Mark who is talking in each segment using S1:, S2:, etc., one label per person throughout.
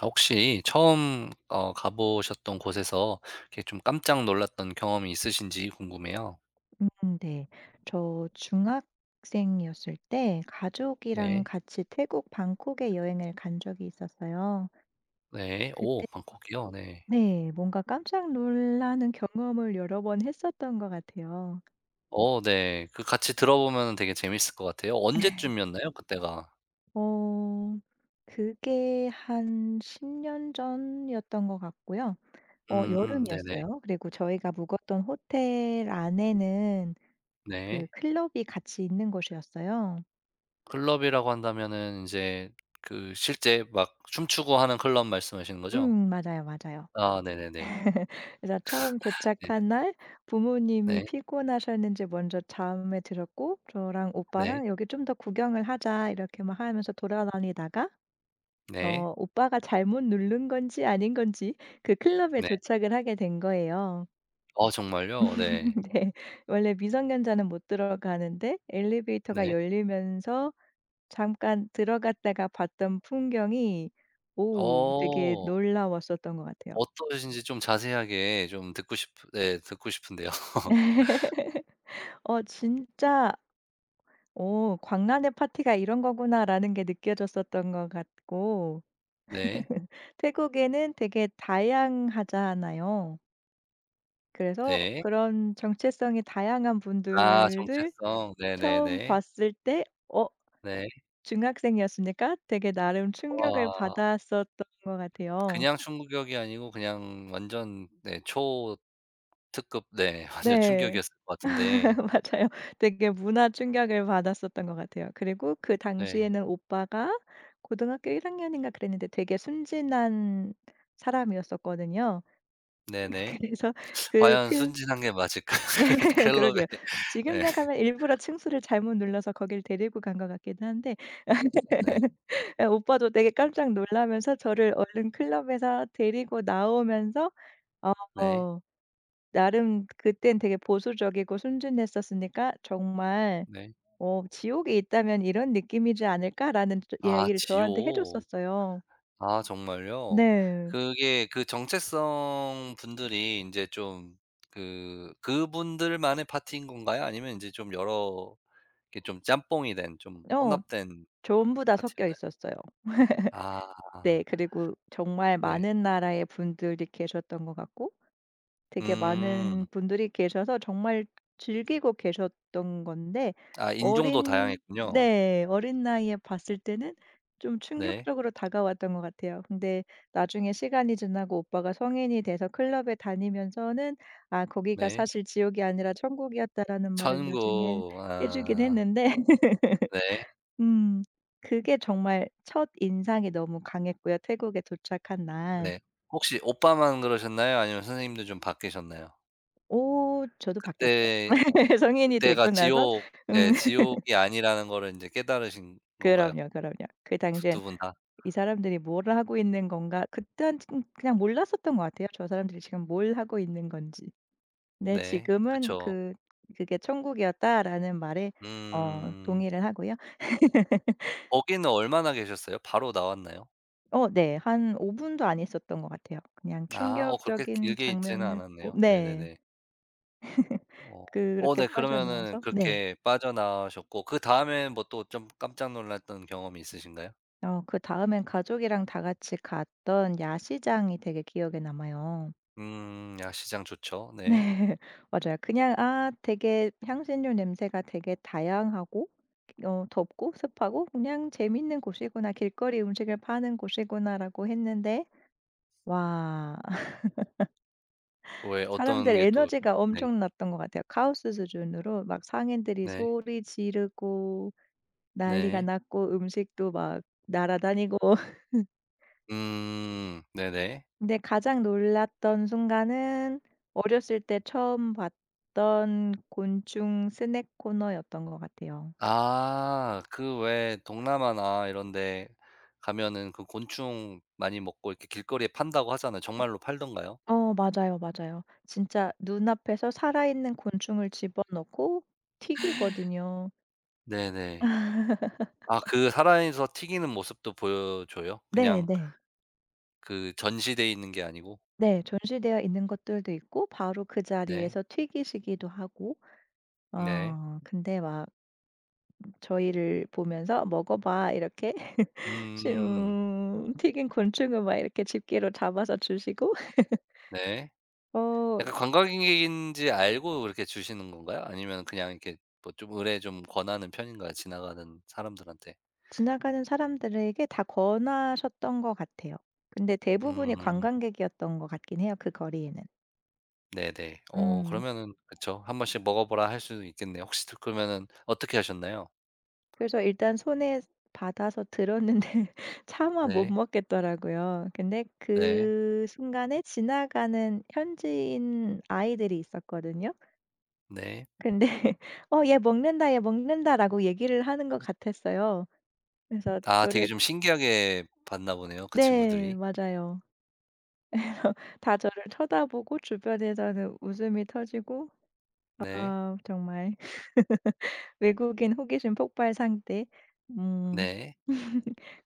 S1: 아 혹시 처음 가 보셨던 곳에서 이렇게 좀 깜짝 놀랐던 경험이 있으신지 궁금해요.
S2: 네. 저 중학생이었을 때 가족이랑
S1: 네.
S2: 같이 태국 방콕에 여행을 간 적이 있었어요.
S1: 네. 오
S2: 그때
S1: 방콕이요? 네.
S2: 네. 뭔가 깜짝 놀라는 경험을 여러 번 했었던 것 같아요.
S1: 네. 그 같이 들어보면 되게 재밌을 것 같아요. 언제쯤이었나요 그때가?
S2: 어 그게 한 10년 전이었던 것 같고요.
S1: 음음 네네.
S2: 여름이었어요. 그리고 저희가 묵었던 호텔 안에는 그
S1: 네.
S2: 클럽이 같이 있는 곳이었어요.
S1: 클럽이라고 한다면은 제그 실제 막 춤추고 하는 클럽 말씀하시는 거죠?
S2: 맞아요, 맞아요.
S1: 아 네네네.
S2: 그래서 처음
S1: 네.
S2: 도착한 날 부모님이
S1: 네.
S2: 피곤하셨는지 먼저 잠에 들었고 저랑
S1: 네.
S2: 오빠랑 "여기 좀 더 구경을 하자." 이렇게 막 하면서 돌아다니다가
S1: 네.
S2: 오빠가 잘못 누른 건지 아닌 건지 그 클럽에
S1: 네.
S2: 도착을 하게 된 거예요.
S1: 아 정말요? 네.
S2: 네. 원래 미성년자는 못 들어가는데 엘리베이터가
S1: 네.
S2: 열리면서 잠깐 들어갔다가 봤던 풍경이 오 되게
S1: 어.
S2: 놀라웠었던 것 같아요.
S1: 어떠신지 좀 자세하게 좀 듣고 싶은데요.
S2: 진짜 오 '광란의 파티가 이런 거구나.'라는 게 느껴졌었던 것 같고
S1: 네.
S2: 태국에는 되게 다양하잖아요. 그래서
S1: 네.
S2: 그런 정체성이 다양한
S1: 아
S2: 분들을
S1: 정체성.
S2: 처음
S1: 네네네.
S2: 봤을 때 어
S1: 네.
S2: 중학생이었으니까 되게 나름 충격을
S1: 와.
S2: 받았었던 것 같아요.
S1: 그냥 충격이 아니고 그냥 완전 네 초특급 네 완전
S2: 네.
S1: 충격이었을 것 같은데
S2: 맞아요. 되게 문화 충격을 받았었던 것 같아요. 그리고 그
S1: 네.
S2: 당시에는 오빠가 고등학교 1 학년인가 그랬는데 되게 순진한 사람이었었거든요.
S1: 네네.
S2: 그래서 그
S1: 과연
S2: 클
S1: 순진한 게 맞을까요? 그 켈럽의
S2: 그러게요. 지금
S1: 네.
S2: 생각하면 일부러 층수를 잘못 눌러서 거길 데리고 간 것 같기도 한데
S1: 네.
S2: 예 오빠도 되게 깜짝 놀라면서 저를 얼른 클럽에서 데리고 나오면서 어
S1: 네.
S2: 어, 나름 그땐 되게 보수적이고 순진했었으니까 정말
S1: 네.
S2: '지옥이 있다면 이런 느낌이지 않을까?'라는 저
S1: 아
S2: 이야기를 저한테 해
S1: 지옥.
S2: 줬었어요.
S1: 아 정말요?
S2: 네.
S1: 그게 그 정체성 분들이 인제 좀 그 그분들만의 파티인 건가요? 아니면 인제 좀 여러 이렇게 좀 짬뽕이 된 좀
S2: 어
S1: 혼합된
S2: 전부 다 섞여
S1: 파티였나요?
S2: 있었어요.
S1: 아
S2: 네. 그리고 정말
S1: 네.
S2: 많은 나라의 분들이 계셨던 것 같고 되게
S1: 음.
S2: 많은 분들이 계셔서 정말 즐기고 계셨던 건데
S1: 아 인종도
S2: 어린
S1: 다양했군요.
S2: 네. 어린 나이에 봤을 때는 좀
S1: 네.
S2: 충격적으로 다가왔던 것 같아요. 근데 나중에 시간이 지나고 오빠가 성인이 돼서 클럽에 다니면서는 "아 거기가
S1: 네.
S2: 사실 지옥이 아니라 천국이었다."라는 말을 나중에
S1: 전국
S2: 해 주긴
S1: 아
S2: 했는데
S1: 네.
S2: 음 그게 정말 첫인상이 너무 강했고요 태국에 도착한 날.
S1: 네. 혹시 오빠만 그러셨나요? 아니면 선생님도 좀 바뀌셨나요?
S2: 오 저도 바뀌었죠.
S1: 그때
S2: 성인이
S1: 그때가
S2: 되고 나선
S1: 지옥
S2: 음
S1: 예 지옥이 아니라는 거를 인제 깨달으신 건가요?
S2: 그럼요, 그럼요. 그 당시엔
S1: 두 분 다?
S2: '이 사람들이 뭘 하고 있는 건가.' 그땐 진 그냥 몰랐었던 것 같아요. 저 사람들이 지금 뭘 하고 있는 건지. 근데
S1: 네.
S2: 지금은
S1: 그쵸.
S2: 그 "그게 천국이었다."라는 말에
S1: 음.
S2: 동의를 하고요.
S1: 거기는 얼마나 계셨어요? 바로 나왔나요?
S2: 어 네. 한 5 분도 안 있었던 것 같아요. 그냥
S1: 아 그렇게
S2: 충격적인
S1: 길게 있지는
S2: 장면을 보고
S1: 않았네요.
S2: 네.
S1: 네네네. 어.
S2: 그렇게
S1: 네 그러면은
S2: 빠져나와서 네.
S1: 그렇게 빠져나오셨고 그다음에 뭐 또 좀 깜짝 놀랐던 경험이 있으신가요?
S2: 그다음엔 가족이랑 다 같이 갔던 야시장이 되게 기억에 남아요.
S1: 야시장 좋죠. 네.
S2: 네. 맞아요. 그냥 아 되게 향신료 냄새가 되게 다양하고 덥고 습하고 '그냥 재밌는 곳이구나. 길거리 음식을 파는 곳이구나.'라고 했는데 와
S1: 왜 어떤
S2: 사람들
S1: 게 또
S2: 에너지가
S1: 네.
S2: 엄청났던 것 같아요. 카오스 수준으로 막 상인들이
S1: 네.
S2: 소리 지르고 난리가
S1: 네.
S2: 났고 음식도 막 날아다니고
S1: 네네.
S2: 근데 가장 놀랐던 순간은 어렸을 때 처음 봤던 곤충 스낵 코너였던 것 같아요.
S1: 아 그 왜 동남아나 이런 데 가면은 그 곤충 많이 먹고 이렇게 길거리에 판다고 하잖아요. 정말로 팔던가요?
S2: 어 맞아요, 맞아요. 진짜 눈앞에서 살아있는 곤충을 집어넣고 튀기거든요.
S1: 네네. 아 그 살아서 튀기는 모습도 보여줘요?
S2: 네네.
S1: 그냥
S2: 네.
S1: 그 전시돼 있는 게 아니고?
S2: 네, 전시되어 있는 것들도 있고 바로 그
S1: 네.
S2: 자리에서 튀기시기도 하고
S1: 네.
S2: 근데 막 저희를 보면서 "먹어 봐." 이렇게
S1: 음
S2: 튀긴 곤충을 막 이렇게 집게로 잡아서 주시고
S1: 네.
S2: 어
S1: 약간 관광객인지 알고 이렇게 주시는 건가요? 아니면 그냥 이렇게 뭐 좀 의뢰 좀 권하는 편인가요? 지나가는 사람들한테?
S2: 지나가는 사람들에게 다 권하셨던 것 같아요. 근데 대부분이
S1: 음.
S2: 관광객이었던 것 같긴 해요, 그 거리에는.
S1: 네네.
S2: 음.
S1: 그러면은 그쵸. 한 번씩 먹어보라 할 수도 있겠네요. 혹시 드 그러면은 어떻게 하셨나요?
S2: 그래서 일단 손에 받아서 들었는데 차마 못
S1: 네.
S2: 먹겠더라고요. 근데
S1: 네.
S2: 그 순간에 지나가는 현지인 아이들이 있었거든요.
S1: 네.
S2: 근데 "어 얘 먹는다. 얘 먹는다."라고 얘기를 하는 것 같았어요. 그래서
S1: 아 되게
S2: 저를
S1: 좀 신기하게 봤나 보네요, 그
S2: 네
S1: 친구들이.
S2: 맞아요. 다 저를 쳐다보고 주변에서는 웃음이 터지고
S1: 네.
S2: 아 정말 외국인 호기심 폭발 상태. 음
S1: 네.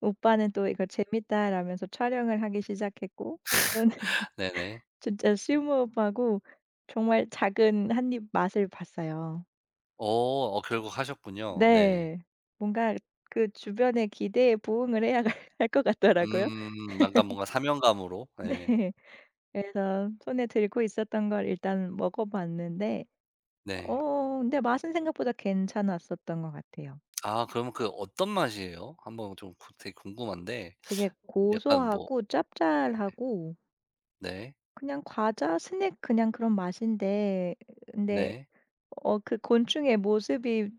S2: 오빠는 또 이거 재밌다라면서 촬영을 하기 시작했고 저는
S1: 네네.
S2: 진짜 시모 오빠고 정말 작은 한입 맛을 봤어요.
S1: 어 결국 하셨군요. 네.
S2: 네. 뭔가 그 주변의 기대에 부응을 해야 할 것 같더라고요.
S1: 약간 뭔가 사명감으로. 예.
S2: 네. 그래서 손에 들고 있었던 걸 일단 먹어 봤는데
S1: 네.
S2: 근데 맛은 생각보다 괜찮았었던 것 같아요.
S1: 아 그러면 그 어떤 맛이에요? 한번 좀 그 되게 궁금한데
S2: 되게
S1: 약간 뭐
S2: 고소하고 짭짤하고
S1: 네.
S2: 그냥 과자 스낵 그냥 그런 맛인데 근데
S1: 네.
S2: 그 곤충의 모습이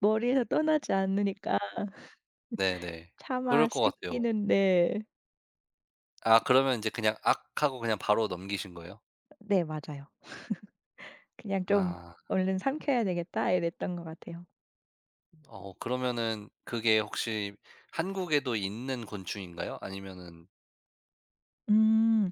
S2: 머리에서 떠나지 않으니까
S1: 네네. 그럴
S2: 차마
S1: 것 같아요.
S2: 씹기는 네.
S1: 아 그러면 인제 그냥 악하고 그냥 바로 넘기신 거예요?
S2: 네 맞아요. 그냥 좀
S1: 아.
S2: '얼른 삼켜야 되겠다.' 이랬던 것 같아요.
S1: 그러면은 그게 혹시 한국에도 있는 곤충인가요? 아니면은
S2: 음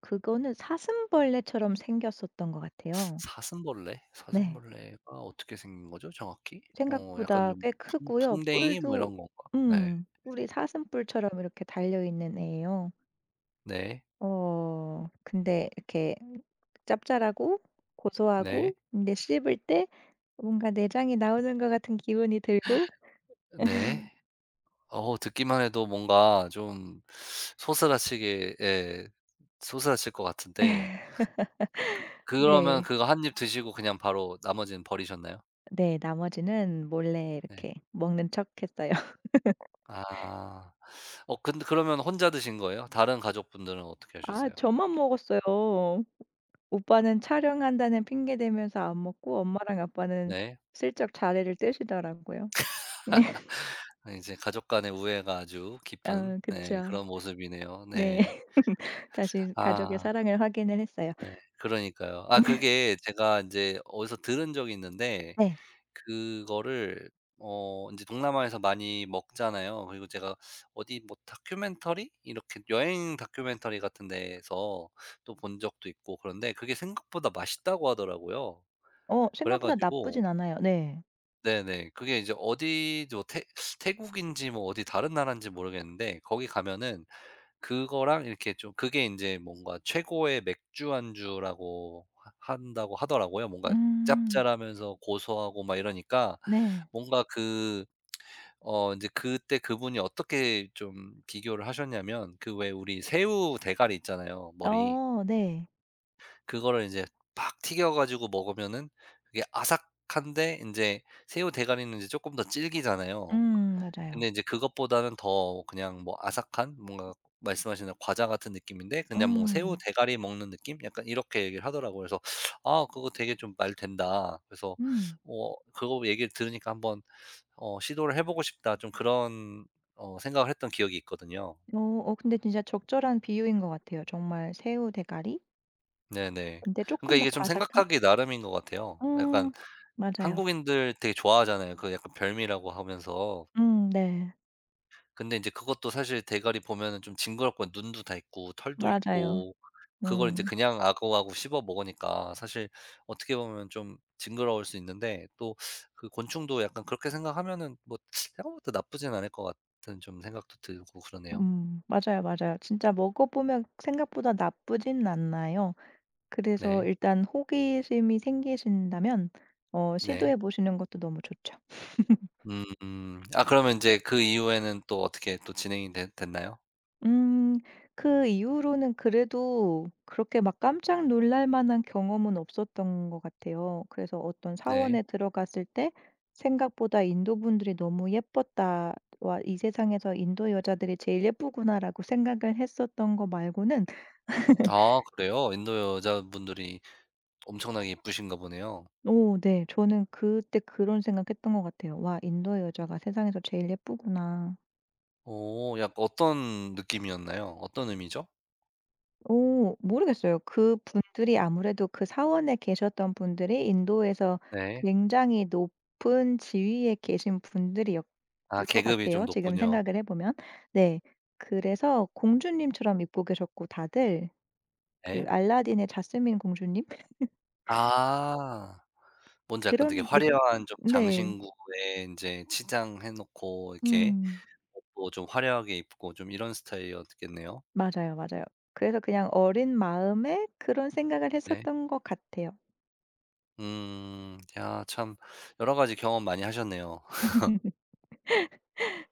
S2: 그거는 사슴벌레처럼 생겼었던 것 같아요.
S1: 사슴벌레?
S2: 네.
S1: 사슴벌레가 어떻게 생긴 거죠 정확히? 약간
S2: 생각보다
S1: 좀
S2: 꽤
S1: 풍
S2: 크고요.
S1: 풍뎅이 뭐
S2: 뿔도
S1: 이런 건가? 네.
S2: 뿔이 사슴뿔처럼 이렇게 달려 있는 애예요.
S1: 네.
S2: 근데 이렇게 짭짤하고 고소하고
S1: 네.
S2: 근데 씹을 때 뭔가 내장이 나오는 것 같은 기분이 들고
S1: 네. 듣기만 해도 뭔가 좀 소스라치게 예 소스라칠 것 같은데 그러면
S2: 네.
S1: 그거 한 입 드시고 그냥 바로 나머지는 버리셨나요?
S2: 네 나머지는 몰래
S1: 네.
S2: 이렇게 먹는 척했어요.
S1: 아. 근데 그러면 혼자 드신 거예요? 다른 가족분들은 어떻게
S2: 아
S1: 하셨어요?
S2: 저만 먹었어요. 오빠는 촬영한다는 핑계 대면서 안 먹고 엄마랑 아빠는
S1: 네.
S2: 슬쩍 자리를 뜨시더라고요.
S1: 아 이제 가족 간의 우애가 아주 깊은
S2: 아
S1: 네
S2: 그쵸.
S1: 그런 모습이네요.
S2: 네.
S1: 네.
S2: 다시 가족의
S1: 아
S2: 사랑을 확인을 했어요.
S1: 네. 그러니까요. 아 그게 제가 인제 어디서 들은 적이 있는데
S2: 네.
S1: 그거를 인제 동남아에서 많이 먹잖아요. 그리고 제가 어디 뭐 다큐멘터리 이렇게 여행 다큐멘터리 같은 데에서 또 본 적도 있고 그런데 그게 생각보다 맛있다고 하더라고요. 그래
S2: 생각보다
S1: 가지고
S2: 나쁘진 않아요. 네.
S1: 네네. 그게 이제 어디죠 태 태국인지 뭐 어디 다른 나라인지 모르겠는데 거기 가면은 그거랑 이렇게 좀 그게 이제 뭔가 최고의 맥주 안주라고 하 한다고 하더라고요. 뭔가
S2: 음.
S1: 짭짤하면서 고소하고 막 이러니까
S2: 네.
S1: 뭔가 그 이제 그때 그분이 어떻게 좀 비교를 하셨냐면 그 왜 우리 새우 대가리 있잖아요, 머리.
S2: 어 네.
S1: 그거를 이제 팍 튀겨 가지고 먹으면은 그게 아삭한데 이제 새우 대가리는 이제 조금 더 질기잖아요.
S2: 맞아요.
S1: 근데 이제 그것보다는 더 그냥 뭐 아삭한 뭔가 말씀하신 대로 과자 같은 느낌인데 그냥 뭐 새우
S2: 음.
S1: 대가리 먹는 느낌? 약간 이렇게 얘기를 하더라고요. 그래서 아 그거 되게 좀 말 된다. 그래서
S2: 음.
S1: 그거 얘기를 들으니까 '한번 시도를 해 보고 싶다.' 좀 그런 생각을 했던 기억이 있거든요.
S2: 어 근데 진짜 적절한 비유인 것 같아요. 정말 새우 대가리?
S1: 네네.
S2: 근데 조금
S1: 그러니까
S2: 더
S1: 이게 좀
S2: 바삭한?
S1: 생각하기 나름인 것 같아요. 약간
S2: 음 맞아요.
S1: 한국인들 되게 좋아하잖아요. 그 약간 별미라고 하면서.
S2: 네.
S1: 근데 인제 그것도 사실 대가리 보면은 좀 징그럽고 눈도 다 있고 털도
S2: 맞아요.
S1: 있고 그걸 인제
S2: 음.
S1: 그냥 아구아구 씹어 먹으니까 사실 어떻게 보면 좀 징그러울 수 있는데 또 그 곤충도 약간 그렇게 생각하면은 뭐 생각보다 나쁘진 않을 것 같은 좀 생각도 들고 그러네요.
S2: 맞아요, 맞아요. 진짜 먹어보면 생각보다 나쁘진 않나요. 그래서
S1: 네.
S2: 일단 호기심이 생기신다면
S1: 네.
S2: 시도해 보시는 것도 너무 좋죠.
S1: 음. 음. 아 그러면 인제 그 이후에는 또 어떻게 또 진행이 됐 됐나요?
S2: 음. 그 이후로는 그래도 그렇게 막 깜짝 놀랄 만한 경험은 없었던 것 같아요. 그래서 어떤
S1: 네.
S2: 사원에 들어갔을 때 생각보다 '인도 분들이 너무 예뻤다. 와 이 세상에서 인도 여자들이 제일 예쁘구나.'라고 생각을 했었던 거 말고는
S1: 아 그래요? 인도 여자분들이 엄청나게 예쁘신가 보네요.
S2: 오 네 저는 그때 그런 생각했던 것 같아요. '와 인도 여자가 세상에서 제일 예쁘구나.'
S1: 약간 어떤 느낌이었나요? 어떤 의미죠?
S2: 오 모르겠어요. 그분들이 아무래도 그 사원에 계셨던 분들이 인도에서
S1: 네.
S2: 굉장히 높은 지위에 계신 분들이었을
S1: 아
S2: 것
S1: 계급이
S2: 같아요,
S1: 좀
S2: 지금
S1: 높군요.
S2: 생각을 해 보면. 네. 그래서 공주님처럼 입고 계셨고 다들 그
S1: 네.
S2: 알라딘의 자스민 공주님
S1: 아. 뭔지 알 건 되게
S2: 그런 느
S1: 화려한 좀
S2: 네.
S1: 장신구에 인제 치장 해 놓고 이렇게
S2: 음.
S1: 옷도 좀 화려하게 입고 좀 이런 스타일이었겠네요.
S2: 맞아요, 맞아요. 그래서 그냥 어린 마음에 그런 생각을
S1: 네.
S2: 했었던 것 같아요.
S1: 음. 야 참 여러 가지 경험 많이 하셨네요.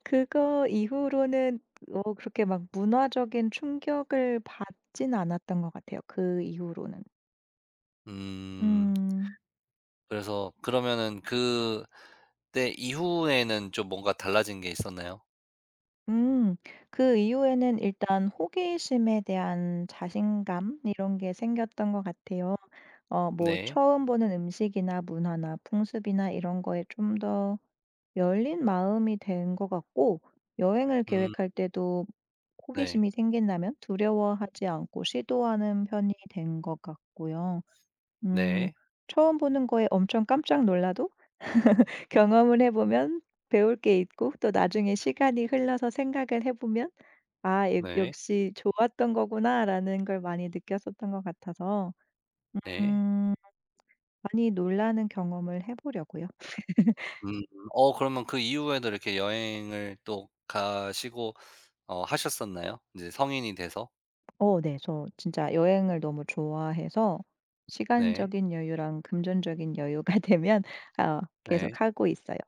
S2: 그거 이후로는 그렇게 막 문화적인 충격을 받진 않았던 것 같아요, 그 이후로는.
S1: 음.
S2: 음.
S1: 그래서 그러면은 그 때 이후에는 좀 뭔가 달라진 게 있었나요?
S2: 음. 그 이후에는 일단 호기심에 대한 자신감 이런 게 생겼던 것 같아요. 어 뭐
S1: 네.
S2: 처음 보는 음식이나 문화나 풍습이나 이런 거에 좀 더 열린 마음이 된 것 같고 여행을
S1: 음.
S2: 계획할 때도
S1: 네.
S2: 호기심이 생긴다면 두려워하지 않고 시도하는 편이 된 것 같고요. 음.
S1: 네.
S2: 처음 보는 거에 엄청 깜짝 놀라도 경험을 해 보면 배울 게 있고 또 나중에 시간이 흘러서 생각을 해 보면 '아 역
S1: 네.
S2: 역시 좋았던 거구나.'라는 걸 많이 느꼈었던 것 같아서
S1: 네.
S2: 음 많이 놀라는 경험을 해 보려고요.
S1: 음. 그러면 그 이후에도 이렇게 여행을 또 가시고 하셨었나요? 이제 성인이 돼서?
S2: 어 네. 저 진짜 여행을 너무 좋아해서
S1: 네.
S2: 시간적인 여유랑 금전적인 여유가 되면 아
S1: 네.
S2: 계속 하고 있어요.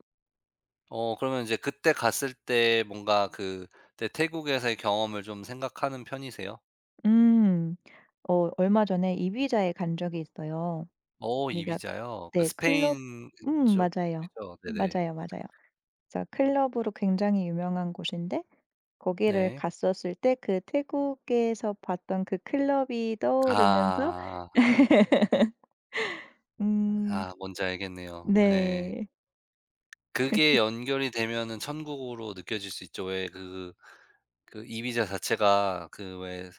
S1: 그러면 이제 그때 갔을 때 뭔가 그때 태국에서의 경험을 좀 생각하는 편이세요?
S2: 음. 얼마 전에 이비자에 간 적이 있어요.
S1: 이
S2: 거기가
S1: 비자요? 그
S2: 네 클럽
S1: 스페인
S2: 맞아요.
S1: 쪽이죠? 네네.
S2: 맞아요, 맞아요. 그래서 클럽으로 굉장히 유명한 곳인데 거기를
S1: 네.
S2: 갔었을 때 그 태국에서 봤던 그 클럽이 떠오르면서
S1: 아.
S2: 음
S1: 아 뭔지 알겠네요. 예.
S2: 네.
S1: 그게 연결이 되면은 천국으로 느껴질 수 있죠. 왜그 그 이비자 자체가 그 왜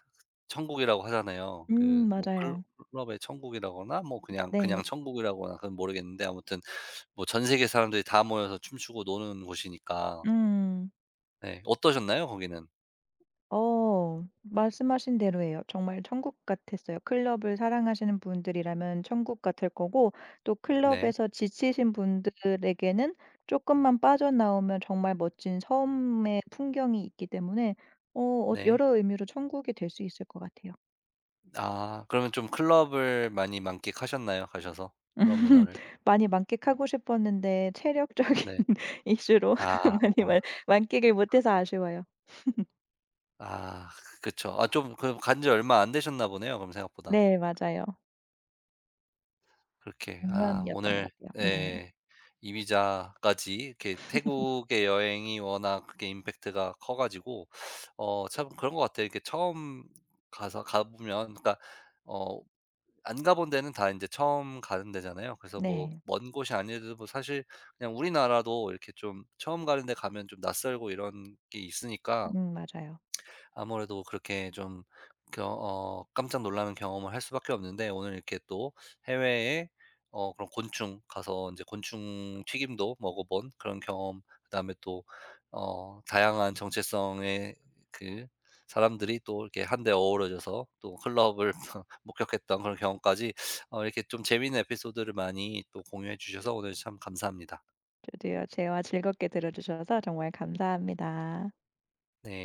S1: 천국이라고 하잖아요. 그 뭐 클
S2: 맞아요.
S1: 클럽의 천국이라거나 뭐 그냥
S2: 네.
S1: 그냥 천국이라거나 그건 모르겠는데 아무튼 뭐 전 세계 사람들이 다 모여서 춤추고 노는 곳이니까.
S2: 음.
S1: 네. 어떠셨나요 거기는?
S2: 어. 말씀하신 대로예요. 정말 천국 같았어요. 클럽을 사랑하시는 분들이라면 천국 같을 거고 또
S1: 네.
S2: 클럽에서 지치신 분들에게는 조금만 빠져나오면 정말 멋진 섬의 풍경이 있기 때문에
S1: 네.
S2: 여러 의미로 천국이 될 수 있을 것 같아요.
S1: 아 그러면 좀 클럽을 많이 만끽하셨나요 가셔서? 클럽 문화를?
S2: 많이 만끽하고 싶었는데 체력적인
S1: 네.
S2: 이슈로
S1: 아.
S2: 많이 만
S1: 아
S2: 만끽을 못해서 아쉬워요.
S1: 아, 그쵸. 아 좀 그 간지 얼마 안 되셨나 보네요 그럼 생각보다.
S2: 네 맞아요.
S1: 그렇게 아
S2: 작년이었던 것
S1: 오늘
S2: 같아요. 네.
S1: 네 이비자까지 이렇게 태국의 여행이 워낙 그게 임팩트가 커 가지고 참 그런 것 같아요. 이렇게 처음 가서 가 보면 그러니까 어 안 가본 데는 다 이제 처음 가는 데잖아요. 그래서 뭐
S2: 네.
S1: 먼 곳이 아니어도 뭐 사실 그냥 우리나라도 이렇게 좀 처음 가는 데 가면 좀 낯설고 이런 게 있으니까
S2: 맞아요.
S1: 아무래도 그렇게 좀 겨 어 깜짝 놀라는 경험을 할 수밖에 없는데 오늘 이렇게 또 해외에 그런 곤충 가서 이제 곤충 튀김도 먹어본 그런 경험 그다음에 또 다양한 정체성의 그 사람들이 또 이렇게 한데 어우러져서 또 클럽을 목격했던 그런 경험까지 이렇게 좀 재미있는 에피소드를 많이 또 공유해 주셔서 오늘 참 감사합니다.
S2: 저도요. 대화 즐겁게 들어주셔서 정말 감사합니다.
S1: 네.